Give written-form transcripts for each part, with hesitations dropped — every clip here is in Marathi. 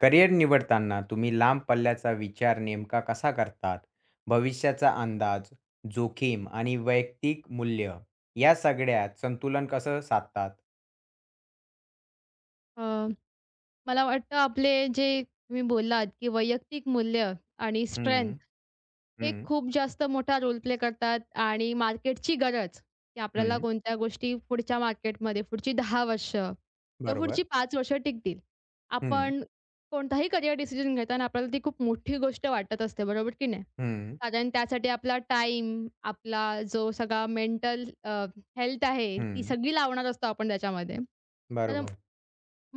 करिअर निवडताना तुम्ही लांब पल्ल्याचा विचार नेमका कसा करतात? भविष्याचा अंदाज, जोखीम आणि वैयक्तिक मूल्य या सगळ्यात संतुलन कसं साधतात? अ, मला वाटतं आपले जे तुम्ही बोललात, की वैयक्तिक मूल्य आणि स्ट्रेंथ हं, हे हं, खूप जास्त मोठा रोल प्ले करतात आणि मार्केटची गरज, की आपल्याला हं. कोणत्या गोष्टी पुढच्या मार्केटमध्ये पुढची 10 वर्ष किंवा पुढची बरोबर. 5 वर्ष टिकतील. हं, आपण कोणताही करियर डिसिजन घेताना आपल्याला ती खूप मोठी गोष्ट वाटत असते, बरोबर की नाही? हं, कारण त्यासाठी आपला टाईम, आपला जो सगळा मेंटल हेल्थ आहे, ती हं. सगळी लावणार असतो आपण त्याच्यामध्ये. तर बरोबर,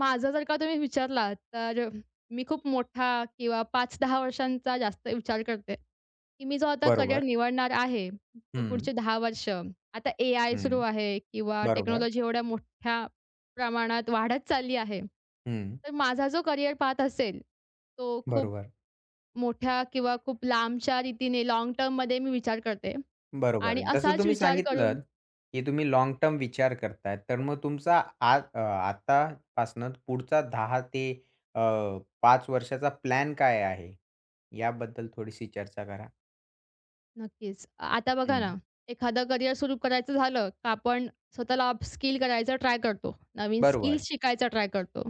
माझा जर का तुम्ही विचारला, तर मी खूप मोठा किंवा 5-10 वर्षांचा जास्त विचार करते, की मी जो आता करियर बरोबर. निवडणार आहे, तो हं, पुढचे 10 वर्ष. आता एआय सुरू हं. आहे किंवा बरोबर. टेक्नॉलॉजी एवढ्या मोठ्या प्रमाणात वाढत चालली आहे. हं, तर माझा जो करियर पाथ असेल, तो खूप बरोबर. मोठ्या किंवा खूप लांबच्या रीतीने लाँग टर्ममध्ये मी विचार करते बरोबर. आणि जसं असाच तुम्ही विचार करून सांगितलंत, की तुम्ही लाँग टर्म विचार करताय. तर मग तुमचा आतापासनं पुढचा 10 ते अ, 5 वर्षाचा प्लॅन काय आहे? याबद्दल थोडीशी चर्चा करा. नक्कीच. आता बघा ना, हं. एखादं करियर सुरू करायचं झालं, का आपण स्वतःला अपस्किल करायचा ट्राय करतो. नवीन स्किल्स बरोबर. शिकायचा ट्राय करतो.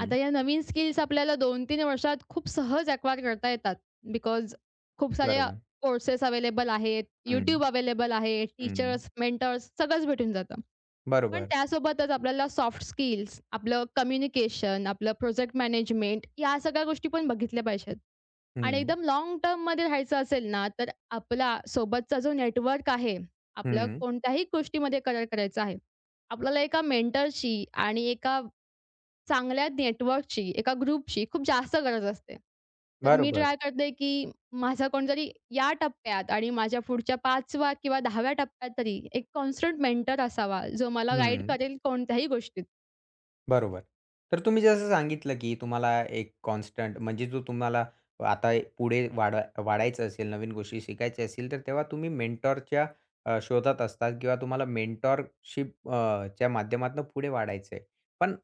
आता या नवीन स्किल्स आपल्याला 2-3 वर्षात खूप सहज ॲक्वायर करता येतात. बिकॉज खूप सारे बरोबर. कोर्सेस अवेलेबल आहेत. हं. YouTube अवेलेबल आहे. हं. टीचर्स, मेंटर्स सगळंच भेटून जातं. पण बरोबर. त्यासोबतच आपल्याला सॉफ्ट स्किल्स, आपलं कम्युनिकेशन, आपलं प्रोजेक्ट मॅनेजमेंट या सगळ्या गोष्टी पण बघितल्या पाहिजेत. आणि हं. एकदम लाँग टर्ममध्ये राहायचं असेल ना, तर आपला सोबतचा जो नेटवर्क आहे, आपलं हं. कोणत्याही गोष्टीमध्ये करार करायचा आहे. आपल्याला एका मेंटरची आणि एका चांगल्या नेटवर्कची, एका ग्रुपची खूप जास्त गरज असते. तर मी बरोबर. ट्राय करते, की माझा कोणतरी या टप्प्यात आणि माझ्या पुढच्या 5व्या किंवा 10व्या टप्प्यात तरी एक कॉन्स्टंट मेंटर असावा, जो मला गाईड हं. करेल कोणत्याही गोष्टीत. बरोबर. तर तुम्ही जसं सांगितलं, की तुम्हाला एक कॉन्स्टंट म्हणजे जो तुम्हाला आता पुढे वाढायचं असेल, नवीन गोष्टी शिकायच्या असतील, तर तेव्हा तुम्ही मेंटॉरच्या शोधात असतात किंवा तुम्हाला मेंटॉरशिप च्या माध्यमातून पुढे वाढायचं आहे. पण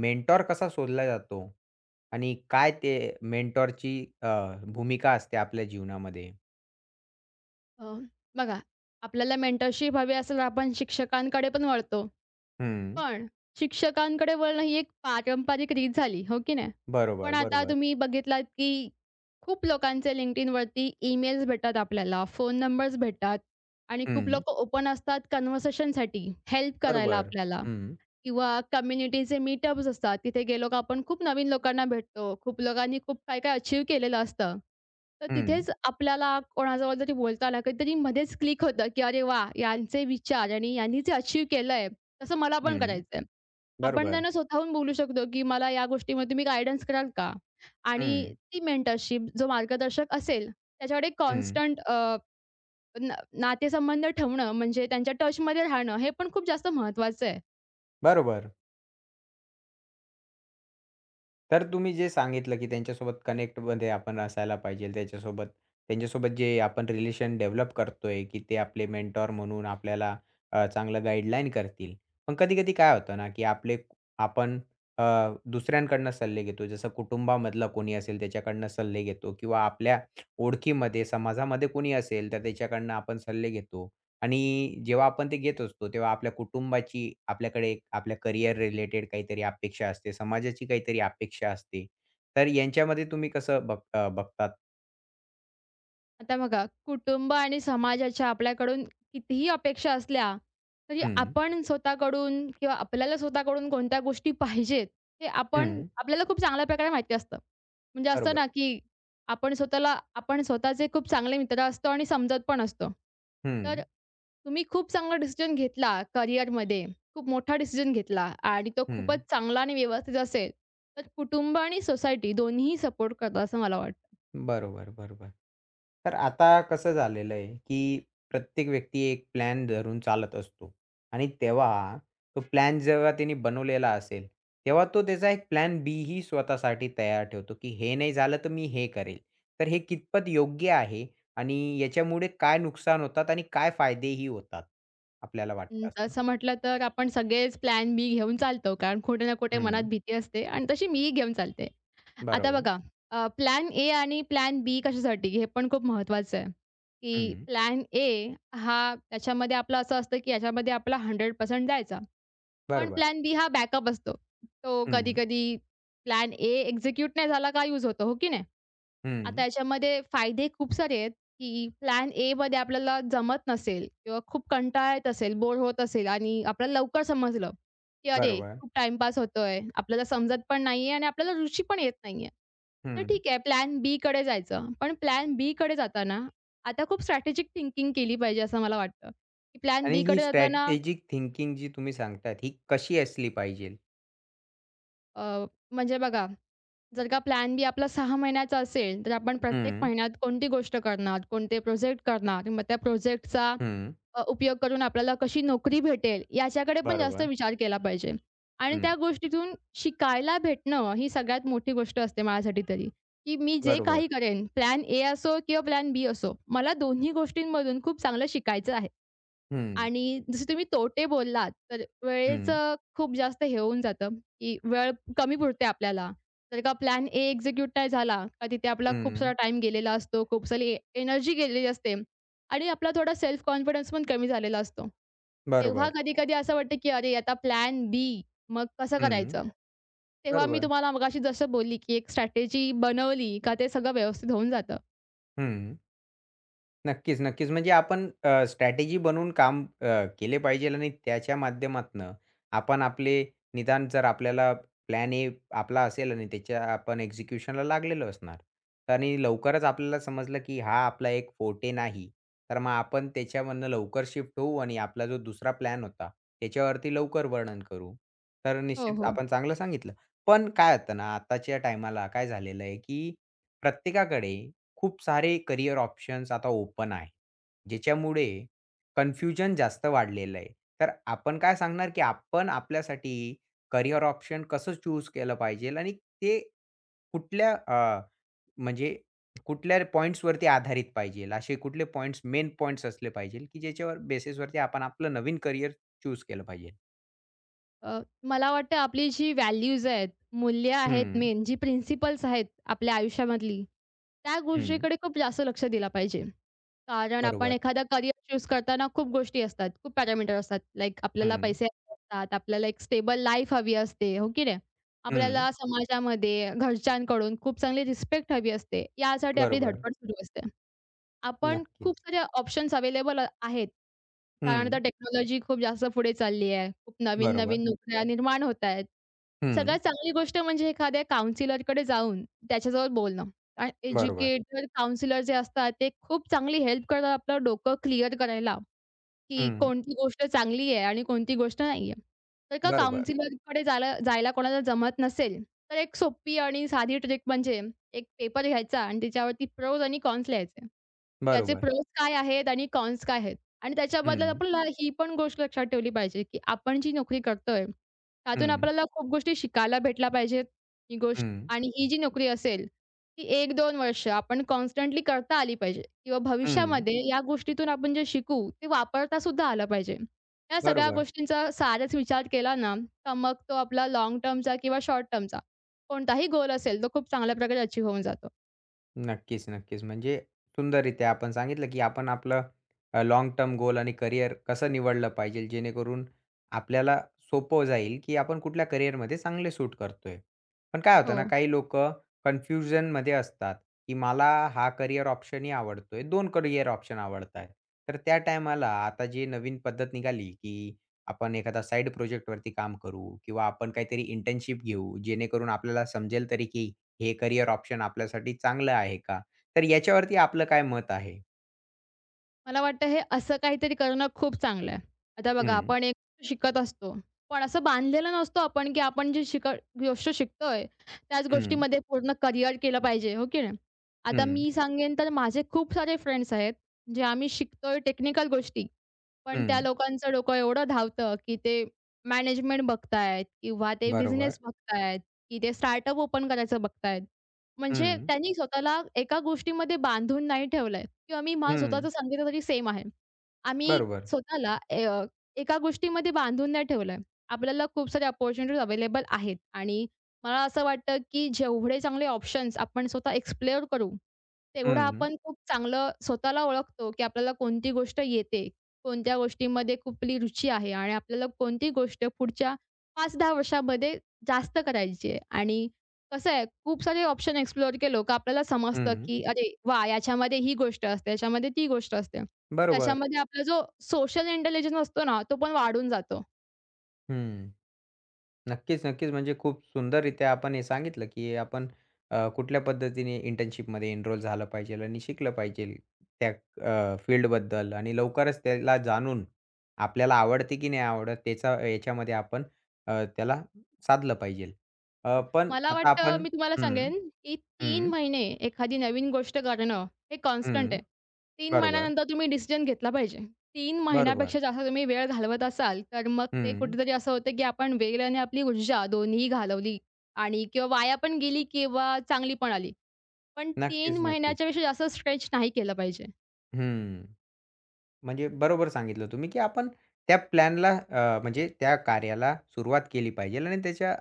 मेंटॉर कसा शोधला जातो? आणि काय ते मेंटॉरची भूमिका असते आपल्या जीवनामध्ये? अ, बघा, आपल्याला मेंटरशिप हवी असेल तर आपण शिक्षकांकडे पण वळतो. हं. पण शिक्षकांकडे वळणं ही एक पारंपरिक रीत झाली, हो की नाही? बरोबर, पण आता बरोबर. तुम्ही बघितलात, की खूप लोकांचे LinkedIn वरती ईमेल्स भेटतात आपल्याला, फोन नंबर्स भेटतात आणि खूप हं. लोकं ओपन असतात कन्व्हर्सेशनसाठी, हेल्प करायला बरोबर. आपल्याला. हं, किंवा कम्युनिटीचे मीटअप्स असतात. तिथे गेलो का आपण खूप नवीन लोकांना भेटतो. खूप लोकांनी खूप काय-काय अचीव्ह केलेलं असतं. तर हं, तिथेच आपल्याला कोणाजवळ जरी बोलताना कधीतरी मध्येच क्लिक होतं, की "अरे वाह! यांचे विचार आणि यांनी जे अचीव्ह केलंय, तसं मला पण हं. करायचंय." आपण बरोबर. त्यांना स्वतःहून बोलू शकतो, की "मला या गोष्टीमध्ये तुम्ही गाईडन्स कराल का?" आणि हं, ती मेंटरशिप जो मार्गदर्शक असेल, त्याच्याकडे हं. कॉन्स्टंट नातेसंबंध ठेवणं म्हणजे त्यांच्या टचमध्ये राहणं, हे पण खूप जास्त महत्त्वाचं आहे. बरोबर. तर तुम्ही जे सांगितलं, की त्यांच्यासोबत कनेक्टमध्ये आपण असायला पाहिजे. त्यांच्यासोबत जे आपण रिलेशन डेव्हलप करतोय, की ते आपले मेंटॉर म्हणून आपल्याला चांगलं गाईडलाईन करतील. पण कधी-कधी काय होतं ना, की आपण अ, दुसऱ्यांकडनं सल्ले घेतो. जसं कुटुंबामधला कोणी असेल त्याच्याकडनं सल्ले घेतो किंवा आपल्या ओळखीमध्ये, समाजामध्ये कोणी असेल तर त्याच्याकडनं आपण सल्ले घेतो. आणि जेव्हा आपण ते घेत असतो, तेव्हा आपल्या कुटुंबाची आपल्याकडे एक आपल्या करियर रिलेटेड काहीतरी अपेक्षा असते, समाजाची काहीतरी अपेक्षा असते. तर यांच्यामध्ये तुम्ही कसं बघतात? आता बघा, कुटुंब आणि समाजाच्या आपल्याकडून कितीही अपेक्षा असल्या, तरी हं, आपण स्वतःकडून किंवा आपल्याला स्वतःकडून कोणत्या गोष्टी पाहिजेत, हे आपण हं. आपल्याला खूप चांगल्या प्रकारे माहिती असतं. म्हणजे असतं बरोबर. ना, की आपण स्वतःला आपण स्वतःचे खूप चांगले मित्र असतो आणि समजत पण असतो. तर हं, तुम्ही खूप चांगला डिसिजन घेतला करिअरमध्ये, खूप मोठा डिसिजन घेतला आणि तो हं. खूपच चांगला आणि व्यवस्थित असेल, तर कुटुंब आणि सोसायटी दोन्हीही सपोर्ट करतात असं मला वाटतं. बरोबर, बरोबर. तर आता कसं झालेलं आहे, की प्रत्येक व्यक्ती एक प्लॅन धरून चालत असतो आणि तेव्हा तो प्लॅन जेव्हा त्याने बनवलेला असेल, तेव्हा तो त्याचा एक प्लॅन बी ही स्वतःसाठी तयार ठेवतो, की हे नाही झालं तर मी हे करेल. तर हे कितपत योग्य आहे आणि याच्यामुळे काय नुकसान होतात आणि काय फायदेही होतात? आपल्याला वाटतं असं. तसं म्हटलं तर आपण सगळेच प्लॅन बी घेऊन चालतो. कारण कुठे ना कुठे मनात हं, भीती असते आणि तशी मीही घेऊन चालते. आता बरोबर. बघा प्लॅन ए आणि प्लॅन बी कशासाठी हे पण खूप महत्त्वाचं आहे, की हं, प्लॅन ए हा त्याच्यामध्ये आपलं असं असतं, की याच्यामध्ये आपला 100% जायचं. पण बरोबर. प्लॅन बी हा बॅकअप असतो. तो हं, कधी-कधी प्लॅन ए एक्झिक्यूट नाही झाला का यूज होतो, हो की नाही? आता हं, याच्यामध्ये फायदे खूप सारे आहेत, की प्लॅन एमध्ये आपल्याला जमत नसेल किंवा खूप कंटाळा येत असेल, बोर होत असेल आणि आपल्याला लवकर समजलं, की अरे, बरोबर. खूप टाईमपास होतोय, आपल्याला समजत पण नाहीये आणि आपल्याला रुची पण येत नाहीये. तर हं. ठीक आहे, प्लॅन बीकडे जायचं. पण प्लॅन बीकडे जाताना आता खूप स्ट्रॅटेजिक थिंकिंग केली पाहिजे असं मला वाटतं, की प्लॅन आणि ही बीकडे जाताना स्ट्रॅटेजिक थिंकिंग जी तुम्ही सांगतात, ही कशी असली पाहिजे? अ, म्हणजे बघा, जर का प्लॅन बी आपला 6 महिन्याचा असेल, तर आपण प्रत्येक हं, महिन्यात कोणती गोष्ट करणार, कोणते प्रोजेक्ट करणार, मग त्या प्रोजेक्टचा हं. उपयोग करून आपल्याला कशी नोकरी भेटेल, याच्याकडे पण जास्त बरोबर. विचार केला पाहिजे. आणि त्या हं. गोष्टीतून शिकायला भेटणं ही सगळ्यात मोठी गोष्ट असते माझ्यासाठी तरी, की मी जे बरोबर. काही करेन, प्लॅन ए असो किंवा प्लॅन बी असो, मला दोन्ही गोष्टींमधून खूप चांगलं शिकायचं आहे. हं, आणि जसे तुम्ही तोटे बोललात, तर हं, वेळेचं खूप जास्त हे होऊन जातं, की वेळ कमी पुरते आपल्याला. जर का प्लॅन ए एक्झिक्यूट नाही झाला, का तिथे आपला खूप सारा हं. टाईम गेलेला असतो, खूप सारी एनर्जी गेलेली असते आणि आपला थोडा सेल्फ कॉन्फिडन्स पण कमी झालेला असतो. तेव्हा बरोबर. कधी-कधी असं वाटतं, की अरे आता प्लॅन बी मग कसं हं. करायचं? तेव्हा मी बरोबर. तुम्हाला मगाशी जसं बोलली, की एक स्ट्रॅटेजी बनवली का ते सगळं व्यवस्थित होऊन जातं. हं. नक्कीच, नक्कीच. म्हणजे आपण स्ट्रॅटेजी बनवून काम केले पाहिजे आणि त्याच्या माध्यमातनं आपण आपले निदान जर आपल्याला प्लॅन ए आपला असेल आणि त्याच्या आपण एक्झिक्युशनला लागलेलो असणार. तर आणि लवकरच आपल्याला समजलं, की हा आपला एक फोर्टे नाही. तर मग आपण त्याच्यामधनं लवकर शिफ्ट होऊ आणि आपला जो दुसरा प्लॅन होता, त्याच्यावरती लवकर वर्णन करू. तर हो, निश्चित हो. आपण चांगलं सांगितलं. पण काय होतं ना, आताच्या टायमाला काय झालेलं आहे, की प्रत्येकाकडे खूप सारे करियर ऑप्शन्स आता ओपन आहेत. ज्याच्यामुळे कन्फ्युजन जास्त वाढलेलं आहे. तर आपण काय सांगणार, की आपण आपल्यासाठी करियर ऑप्शन कसं चूज केलं पाहिजे आणि ते कुठल्या अ, म्हणजे कुठल्या पॉइंट्सवरती आधारित पाहिजे? असे कुठले पॉइंट्स मेन पॉइंट्स असले पाहिजे, की ज्याच्यावर बेसिसवरती आपण आपलं नवीन करियर चूज केलं पाहिजे? अ, मला वाटतं आपली जी व्हॅल्यूज आहेत, मूल्य आहेत हं, मेन, जी प्रिन्सिपल्स आहेत आपल्या आयुष्यामधली, त्या हं. गोष्टीकडे खूप जास्त लक्ष दिला पाहिजे. कारण आपण बरोबर. एखादा करियर चूज करताना खूप गोष्टी असतात, खूप पॅरामीटर असतात. लाइक आपल्याला हं, पैसे हवे असतात, आपल्याला एक स्टेबल लाईफ हवी असते, हो की नाही? हं. आपल्याला समाजामध्ये, घरच्यांकडून खूप चांगली रिस्पेक्ट हवी असते. यासाठी आपली बरोबर. धडपड सुरू असते. आपण खूप नक्कीच. सारे ऑप्शन्स अवेलेबल आहेत. कारण आता हं. टेक्नॉलॉजी खूप जास्त पुढे चालली आहे. खूप बरोबर. नवीन-नवीन नोकऱ्या निर्माण होत आहेत. हं. सगळ्यात चांगली गोष्ट म्हणजे एखाद्या काउन्सिलरकडे जाऊन त्याच्याजवळ बोलणं. कारण बरोबर. एज्युकेटर, काउन्सिलर जे असतात ते खूप चांगली हेल्प करतात आपलं डोकं क्लिअर करायला, की हं. कोणती गोष्ट चांगली आहे आणि कोणती गोष्ट नाहीये. तर का बरोबर, काउन्सिलरकडे जायला जायला कोणाला जमत नसेल, तर एक सोपी आणि साधी ट्रिक म्हणजे एक पेपर घ्यायचा आणि त्याच्यावरती प्रोज आणि कॉन्स लिहायचे. त्याचे बरोबर. प्रोस काय आहेत आणि कॉन्स काय आहेत? आणि त्याच्याबद्दल हं, आपण ही पण गोष्ट लक्षात ठेवली पाहिजे, की आपण जी नोकरी करतोय, त्यातून हं, आपल्याला खूप गोष्टी शिकायला भेटल्या पाहिजेत, ही गोष्ट हं, आणि ही जी नोकरी असेल, ती 1-2 वर्ष आपण कॉन्स्टंटली करता आली पाहिजे किंवा हं. भविष्यामध्ये या गोष्टीतून आपण जे शिकू, ते वापरता सुद्धा आलं पाहिजे. या सगळ्या बरोबर. गोष्टींचा साराच विचार केला ना, तर मग तो आपला लाँग टर्मचा किंवा शॉर्ट टर्मचा कोणताही गोल असेल, तो खूप चांगल्या प्रकारे अचीव्ह होऊन जातो. नक्कीच, नक्कीच. म्हणजे सुंदररीत्या आपण सांगितलं, की आपण आपलं लाँग टर्म गोल आणि करियर कसं निवडलं पाहिजे, जेणेकरून आपल्याला सोपं जाईल, की आपण कुठल्या करियरमध्ये चांगले सूट करतोय. पण काय हो. होतं ना, काही लोकं कन्फ्युजनमध्ये असतात, की मला हा करियर ऑप्शनही आवडतोय. 2 करियर ऑप्शन आवडतायत. तर त्या टायमाला आता जी नवीन पद्धत निघाली, की आपण एखादा साईड प्रोजेक्टवरती काम करू किंवा आपण काहीतरी इंटर्नशिप घेऊ, जेणेकरून आपल्याला समजेल तरी, की हे करियर ऑप्शन आपल्यासाठी चांगलं आहे का? तर याच्यावरती आपलं काय मत आहे? मला वाटतं हे असं काहीतरी करणं खूप चांगलं आहे. आता बघा हं, आपण एक शिकत असतो. पण असं बांधलेलं नसतो आपण, की आपण जे गोष्ट शिकतोय त्याच हं, गोष्टीमध्ये पूर्ण करियर केलं पाहिजे, हो की नाही? आता हं, मी सांगेन तर माझे खूप सारे फ्रेंड्स आहेत, जे आम्ही शिकतोय टेक्निकल गोष्टी. पण त्या हं. लोकांचं डोकं एवढं धावतं, की ते मॅनेजमेंट बघतायत किंवा ते बिझनेस बरोबर. बघतायत, की ते स्टार्टअप ओपन करायचं बघतायत. म्हणजे हं, त्यांनी स्वतःला एका गोष्टीमध्ये बांधून नाही ठेवलंय किंवा मी मला हं. स्वतःचं सांगितलं तरी सेम आहे. आम्ही बरोबर. स्वतःला एका गोष्टीमध्ये बांधून नाही ठेवलंय. आपल्याला खूप साऱ्या अपॉर्च्युनिटीज अवेलेबल आहेत आणि मला असं वाटतं, की जेवढे चांगले ऑप्शन्स आपण स्वतः एक्सप्लोअर करू, तेवढं हं, आपण खूप चांगलं स्वतःला ओळखतो, की आपल्याला कोणती गोष्ट येते कोणत्या गोष्टीमध्ये कुठली रुची आहे आणि आपल्याला कोणती गोष्ट पुढच्या 5-10 वर्षामध्ये जास्त करायची आहे. आणि कसं आहे, खूप सारे ऑप्शन एक्सप्लोर केलो का आपल्याला समजतं, हं. की अरे वाह! याच्यामध्ये ही गोष्ट असते, याच्यामध्ये ती गोष्ट असते. बरोबर. त्याच्यामध्ये आपला जो सोशल इंटेलिजन्स असतो ना, तो पण वाढून जातो. हं. नक्कीच, नक्कीच. म्हणजे खूप सुंदररीत्या आपण हे सांगितलं, की आपण कुठल्या पद्धतीने इंटर्नशिपमध्ये एनरोल झालं पाहिजेल आणि शिकलं पाहिजेल त्या फील्डबद्दल आणि लवकरच त्याला जाणून आपल्याला आवडते की नाही आवडत त्याचा याच्यामध्ये आपण त्याला साधलं पाहिजेल. हो. पण मला आता वाटतं आपण मी तुम्हाला हं, सांगेन, की 3 हं, महिने एखादी नवीन गोष्ट करणं हे कॉन्स्टंट हं. आहे. 3 बरोबर, महिन्यानंतर तुम्ही डिसिजन घेतला पाहिजे. 3 बरोबर. महिन्यापेक्षा जास्त तुम्ही वेळ घालवत असाल, तर मग ते हं. कुठेतरी असं होतं, की आपण वेळ आणि आपली ऊर्जा दोन्हीही घालवली आणि किंवा वाया पण गेली किंवा चांगली पण आली. पण 3 नक्कीच, नक्कीच. महिन्याच्यापेक्षा जास्त स्ट्रेच नाही केलं पाहिजे. हं. म्हणजे बरोबर सांगितलं तुम्ही, की आपण म्हणजे त्या कार्याला सुरुवात केली पाहिजेल आणि त्याच्या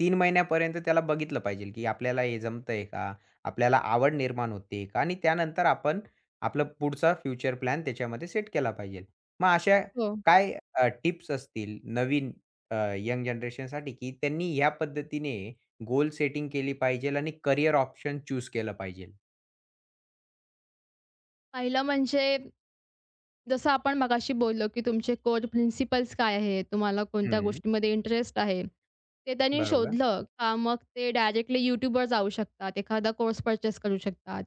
3 महिन्यापर्यंत त्याला बघितलं पाहिजेल, की आपल्याला हे जमतंय का? आपल्याला आवड निर्माण होते का? आणि त्यानंतर आपण आपलं पुढचा फ्युचर प्लॅन त्याच्यामध्ये सेट केला पाहिजेल. मग अशा हो. काय टिप्स असतील नवीन यंग जनरेशनसाठी, की त्यांनी या पद्धतीने गोल सेटिंग केली पाहिजेल आणि करियर ऑप्शन चूज केलं पाहिजेल? पहिलं म्हणजे जसं आपण मगाशी बोललो, की तुमचे कोर प्रिन्सिपल्स काय आहेत? तुम्हाला कोणत्या हं, गोष्टीमध्ये इंटरेस्ट आहे? ते त्यांनी बरोबर. शोधलं का मग ते डायरेक्टली YouTubeवर जाऊ शकतात. एखादा कोर्स परचेस करू शकतात.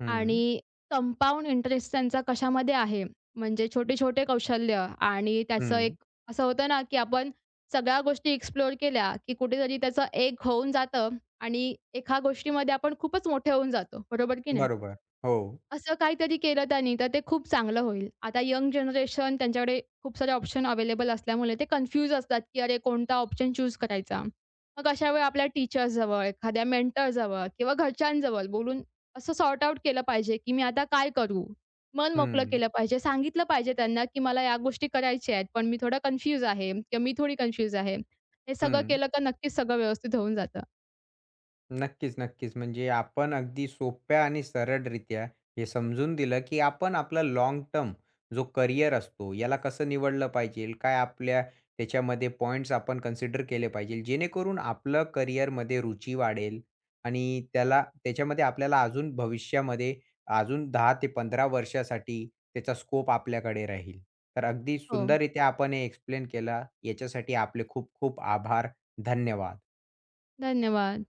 हं, आणि कंपाऊंड इंटरेस्ट त्यांचा कशामध्ये आहे? म्हणजे छोटे-छोटे कौशल्य आणि त्याचं हं. एक असं होतं ना, की आपण सगळ्या गोष्टी एक्सप्लोर केल्या, की कुठेतरी त्याचं एक होऊन जातं आणि एका गोष्टीमध्ये आपण खूपच मोठे होऊन जातो. बरोबर की नाही? बरोबर. हो. असं काहीतरी केलं त्यांनी तर ते खूप चांगलं होईल. आता यंग जनरेशन त्यांच्याकडे खूप सारे ऑप्शन अवेलेबल असल्यामुळे ते कन्फ्यूज असतात, की अरे कोणता ऑप्शन चूज करायचा. मग अशा वेळी आपल्या टीचर्सजवळ, एखाद्या मेंटरजवळ किंवा घरच्यांजवळ बोलून असं सॉर्ट आउट केलं पाहिजे, की मी आता काय करू? मन मोकळं हं, केलं पाहिजे. सांगितलं पाहिजे त्यांना, की मला या गोष्टी करायच्या आहेत, पण मी थोडा कन्फ्यूज आहे किंवा मी थोडी कन्फ्यूज आहे. हे सगळं हं. केलं, तर नक्कीच सगळं व्यवस्थित होऊन जातं. नक्कीच, नक्कीच. म्हणजे आपण अगदी सोप्या आणि सरळरित्या हे समजून दिलं, की आपण आपला लॉंग टर्म जो करियर असतो, याला कसं निवडलं पाहिजे, काय आपल्या त्याच्यामध्ये पॉइंट्स आपण कन्सिडर केले पाहिजे, जेणेकरून आपलं करियरमध्ये रुची वाढेल आणि त्याला त्याच्यामध्ये आपल्याला अजून भविष्यामध्ये अजून 10 ते 15 वर्षासाठी त्याचा स्कोप आपल्याकडे राहील. तर अगदी हो, सुंदररित्या आपण हे एक्सप्लेन केलं. याच्यासाठी आपले खूप खूप आभार. धन्यवाद. धन्यवाद.